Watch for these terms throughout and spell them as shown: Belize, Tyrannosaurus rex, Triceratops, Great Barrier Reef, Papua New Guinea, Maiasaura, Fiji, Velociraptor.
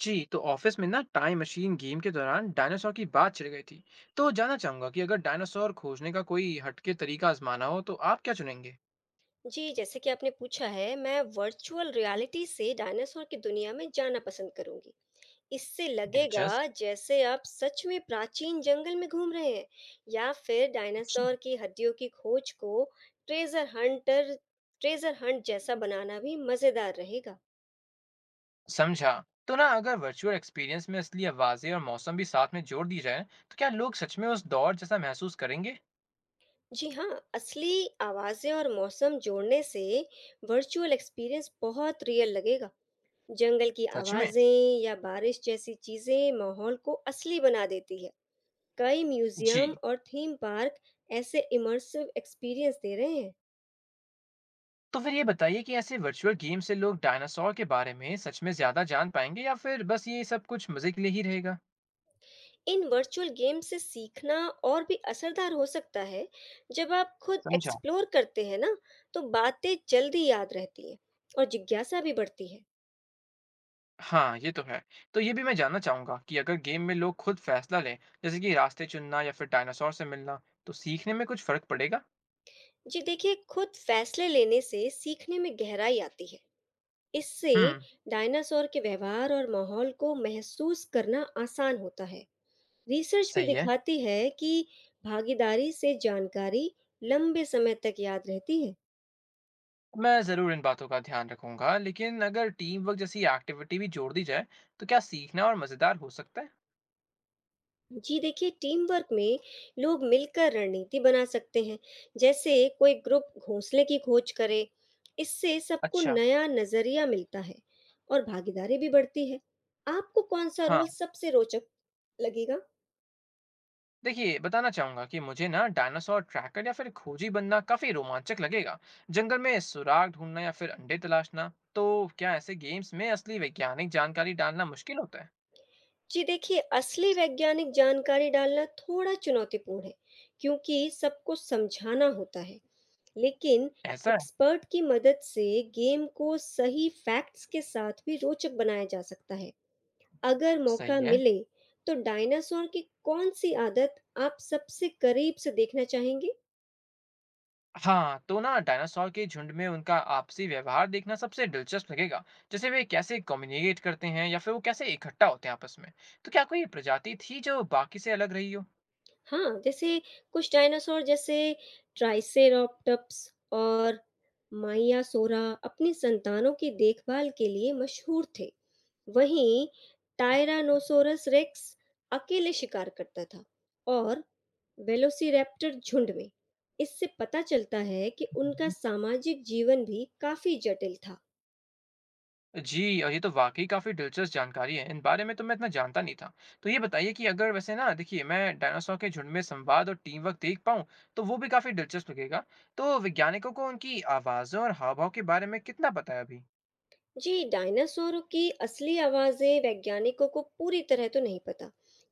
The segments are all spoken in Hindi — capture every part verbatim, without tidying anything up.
जी। तो ऑफिस में ना टाइम मशीन गेम के दौरान डायनासोर की बात छिड़ गई थी। तो जानना चाहूंगा कि अगर डायनासोर खोजने का कोई हटके तरीका आजमाना हो तो आप क्या चुनेंगे। जी जैसे कि आपने पूछा है, मैं वर्चुअल रियलिटी से डायनासोर की दुनिया में जाना पसंद करूंगी। इससे लगेगा दिलचस्प। जैसे आप सच में प्राचीन जंगल में घूम रहे हैं। या फिर डायनासोर की हड्डियों की खोज को ट्रेजर हंटर ट्रेजर हंट जैसा बनाना भी मजेदार रहेगा। समझा। तो ना अगर वर्चुअल एक्सपीरियंस में असली आवाजें और मौसम भी साथ में जोड़ दी जाए तो क्या लोग सच में उस दौर जैसा महसूस करेंगे। जी हाँ, असली आवाजें और मौसम जोड़ने से वर्चुअल एक्सपीरियंस बहुत रियल लगेगा। जंगल की सच में। आवाजें या बारिश जैसी चीजें माहौल को असली बना देती है। कई म्यूजियम जी। और थीम पार्क ऐसे इमर्सिव एक्सपीरियंस दे रहे हैं। तो फिर ये बताइए कि ऐसे वर्चुअल गेम से लोग डायनासोर के बारे में सच में ज्यादा जान पाएंगे या फिर बस ये सब कुछ मजे के लिए ही रहेगा। इन वर्चुअल गेम से सीखना और भी असरदार हो सकता है। जब आप खुद समझा। एक्सप्लोर करते हैं ना, तो बातें जल्दी याद रहती हैं और जिज्ञासा भी बढ़ती है। हाँ, ये तो है। तो ये भी मैं जानना चाहूँगा कि अगर गेम में लोग खुद फैसला लें, जैसे कि रास्ते चुनना या फिर डायनासोर से मिलना, तो सीखने में कुछ फ़र्क पड़ेगा? जी देखिए, खुद फैसले लेने से सीखने में गहराई आती है। इससे हुँ, डायनासोर के व्यवहार और माहौल को महसूस करना आसान होता है। रिसर्च भी सही है। दिखाती है कि भागीदारी से जानकारी लंबे समय तक याद रहती है। मैं ज़रूर इन बातों का ध्यान रखूँगा, लेकिन अगर टीम वर्क जैसी एक्टिविटी भी जोड़ दी जाए, तो क्या सीखना और मज़ेदार हो सकता है? जी देखिए, टीम वर्क में लोग मिलकर रणनीति बना सकते हैं। जैसे कोई ग्रुप घोंसले की खोज करे। इससे सबको अच्छा। नया नजरिया मिलता है और भागीदारी भी बढ़ती है। आपको कौन सा हाँ। रोल सबसे रोचक लगेगा? देखिए, बताना चाहूँगा कि मुझे ना डायनासोर ट्रैकर या फिर खोजी बनना काफ़ी रोमांचक लगेगा। जंगल में सुराग ढूँढना या फिर अंडे तलाशना, तो क्या ऐसे गेम्स में असली वैज्ञानिक जानकारी डालना मुश्किल होता है? जी देखिए, असली वैज्ञानिक जानकारी डालना थोड़ा चुनौतीपूर्ण है, क्योंकि सबको समझाना होता है। लेकिन ऐसा। एक्सपर्ट की मदद से गेम को सही फैक्ट्स के साथ भी रोचक बनाया जा सकता है। अगर सही मौका है। मिले, तो डायनासोर की कौन सी आदत आप सबसे करीब से देखना चाहेंगे? हाँ तो ना डायनासोर के झुंड में उनका आपसी व्यवहार देखना सबसे दिलचस्प लगेगा। जैसे वे कैसे कम्युनिकेट करते हैं या फिर वो कैसे इकट्ठा होते हैं आपस में। तो क्या कोई प्रजाति थी जो बाकी से अलग रही हो। हाँ, जैसे कुछ डायनासोर जैसे ट्राइसेरोप्टप्स और माइयासोरा अपनी संतानों की देखभाल के लिए मशहूर थे। वहीं टायरानोसोरस रेक्स अकेले शिकार करता था और वेलोसिरैप्टर झुंड में। इससे पता चलता है कि उनका हम्म। सामाजिक जीवन भी काफी जटिल था। जी और ये तो वाकई काफी दिलचस्प जानकारी है, इन बारे में तो मैं इतना जानता नहीं था। तो ये बताइए कि अगर वैसे ना देखिए मैं डायनासोर के झुंड में संवाद और टीम वर्क देख पाऊँ तो वो भी काफी दिलचस्प लगेगा। तो वैज्ञानिकों को उनकी आवाजों और हाव भाव के बारे में कितना पता है अभी। जी, डायनासोर की असली आवाज़ें वैज्ञानिकों को पूरी तरह तो नहीं पता,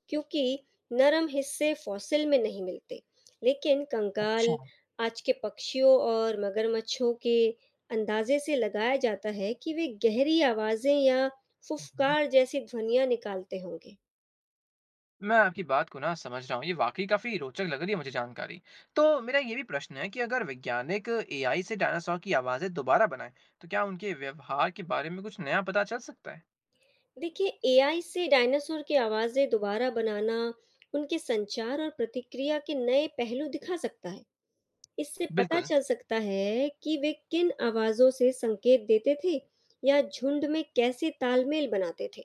क्योंकि नरम हिस्से फॉसिल में नहीं मिलते। लेकिन अच्छा। कंकाल, आज के पक्षियों और मगरमच्छों के अंदाजे से लगाया जाता है कि वे गहरी आवाज़ें या फुफकार जैसी ध्वनियाँ निकालते होंगे। मैं आपकी बात को ना समझ रहा हूँ। ये वाक़ई काफ़ी रोचक लग रही है मुझे जानकारी। तो मेरा ये भी प्रश्न है कि अगर वैज्ञानिक एआई से डायनासॉर की आवाज़ें दोबारा बनाएँ, तो क्या उनके व्यवहार के बारे में कुछ नया पता चल सकता है? देखिए, एआई से डायनासोर की आवाज़ें दोबारा बनाना, उनके संचार और प्रतिक्रिया के नए पहलू दिखा सकता है। इससे पता बिल्कुल। चल सकता है कि वे किन आवाजों से संकेत देते थे या झुंड में कैसे तालमेल बनाते थे।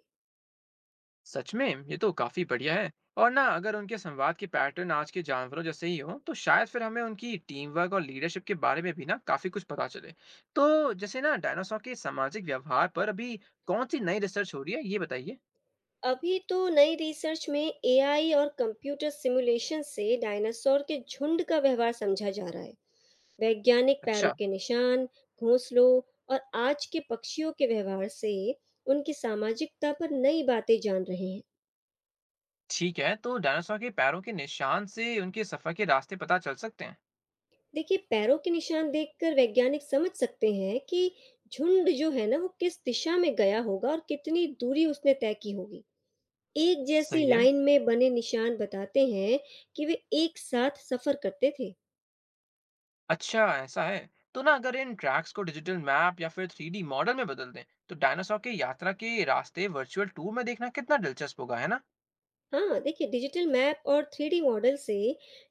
सच में ये तो काफ़ी बढ़िया है। और ना अगर उनके संवाद के पैटर्न आज के जानवरों जैसे ही हों, तो शायद फिर हमें उनकी टीम वर्क और लीडरशिप के बारे में भी ना काफ़ी कुछ पता चले। तो जैसे ना डायनासॉर के सामाजिक व्यवहार पर अभी कौन-सी नई रिसर्च हो रही है, ये बताइए? अभी तो नई रिसर्च में एआई और कंप्यूटर सिमुलेशन से डायनासोर के झुंड का व्यवहार समझा जा रहा है। वैज्ञानिक पैरों अच्छा। के निशान, घोंसलों और आज के पक्षियों के व्यवहार से उनकी सामाजिकता पर नई बातें जान रहे हैं। ठीक है, तो डायनासोर के पैरों के निशान से उनके सफर के रास्ते पता चल सकते हैं। देखिए, पैरों के निशान देखकर वैज्ञानिक समझ सकते हैं कि झुंड जो है ना वो किस दिशा में गया होगा और कितनी दूरी उसने तय की होगी। एक जैसी सही है। लाइन में बने निशान बताते हैं कि वे एक साथ सफर करते थे। अच्छा ऐसा है। तो ना अगर इन ट्रैक्स को डिजिटल मैप या फिर थ्री डी मॉडल में बदल दें तो डायनासोर के यात्रा के रास्ते वर्चुअल टूर में देखना कितना दिलचस्प होगा, है ना? हाँ देखिए, डिजिटल मैप और थ्री डी मॉडल से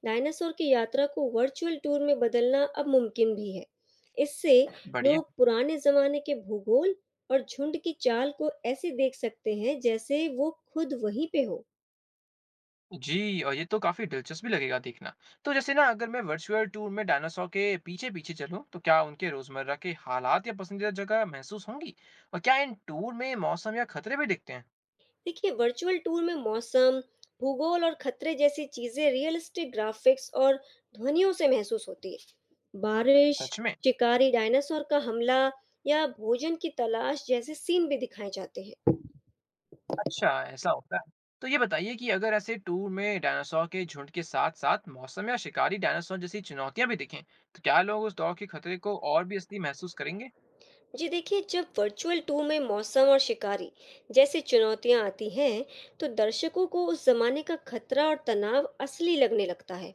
डायनासोर की यात्रा को वर्चुअल टूर में बदलना अब मुमकिन भी है। इससे बढ़िया। लोग पुराने जमाने के भूगोल और झुंड की चाल को ऐसे देख सकते हैं जैसे वो खुद वहीं पे हो। जी और ये तो काफी दिलचस्प भी लगेगा देखना। तो जैसे ना अगर मैं वर्चुअल टूर में डायनासोर के पीछे पीछे चलूं तो क्या उनके रोजमर्रा के हालात या पसंदीदा जगह महसूस होंगी। और क्या इन टूर में मौसम या खतरे भी दिखते हैं। देखिए, वर्चुअल टूर में मौसम, भूगोल और खतरे जैसी चीजें रियलिस्टिक ग्राफिक्स और ध्वनियों से महसूस होती है। बारिश, सच में। शिकारी डायनासोर का हमला या भोजन की तलाश जैसे सीन भी दिखाए जाते हैं। अच्छा, ऐसा होता है। तो ये बताइए कि अगर ऐसे टूर में डायनासॉर के झुंड के साथ-साथ मौसम या शिकारी डायनासॉर जैसी चुनौतियाँ भी दिखें, तो क्या लोग उस दौर के खतरे को और भी असली महसूस करेंगे? जी देखिए, जब वर्चुअल टूर में मौसम और शिकारी जैसी चुनौतियां आती हैं, तो दर्शकों को उस जमाने का खतरा और तनाव असली लगने लगता है।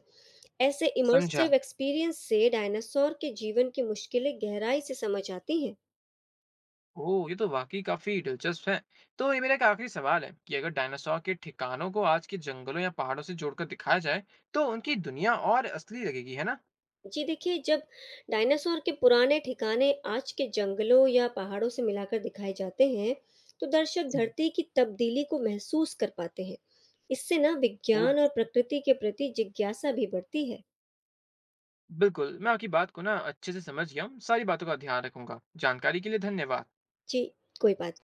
ऐसे समझा। इमर्सिव एक्सपीरियंस से डायनासोर के जीवन की मुश्किलें गहराई से समझ आती हैं। ओह! ये तो वाक़ई काफ़ी दिलचस्प है। तो ये मेरा एक आखिरी सवाल है कि अगर डायनासॉर के ठिकानों को आज के जंगलों या पहाड़ों से जोड़कर दिखाया जाए, तो उनकी दुनिया और असली लगेगी, है ना? जी देखिए, जब डायनासोर के पुराने ठिकाने आज के जंगलों या पहाड़ों से मिलाकर दिखाए जाते हैं, तो दर्शक जी। धरती की तब्दीली को महसूस कर पाते हैं। इससे ना ओह! विज्ञान और प्रकृति के प्रति जिज्ञासा भी बढ़ती है। बिल्कुल, मैं आपकी बात को ना अच्छे से समझ गया हूँ, सारी बातों का ध्यान रखूँगा। जानकारी के लिए धन्यवाद। जी, कोई बात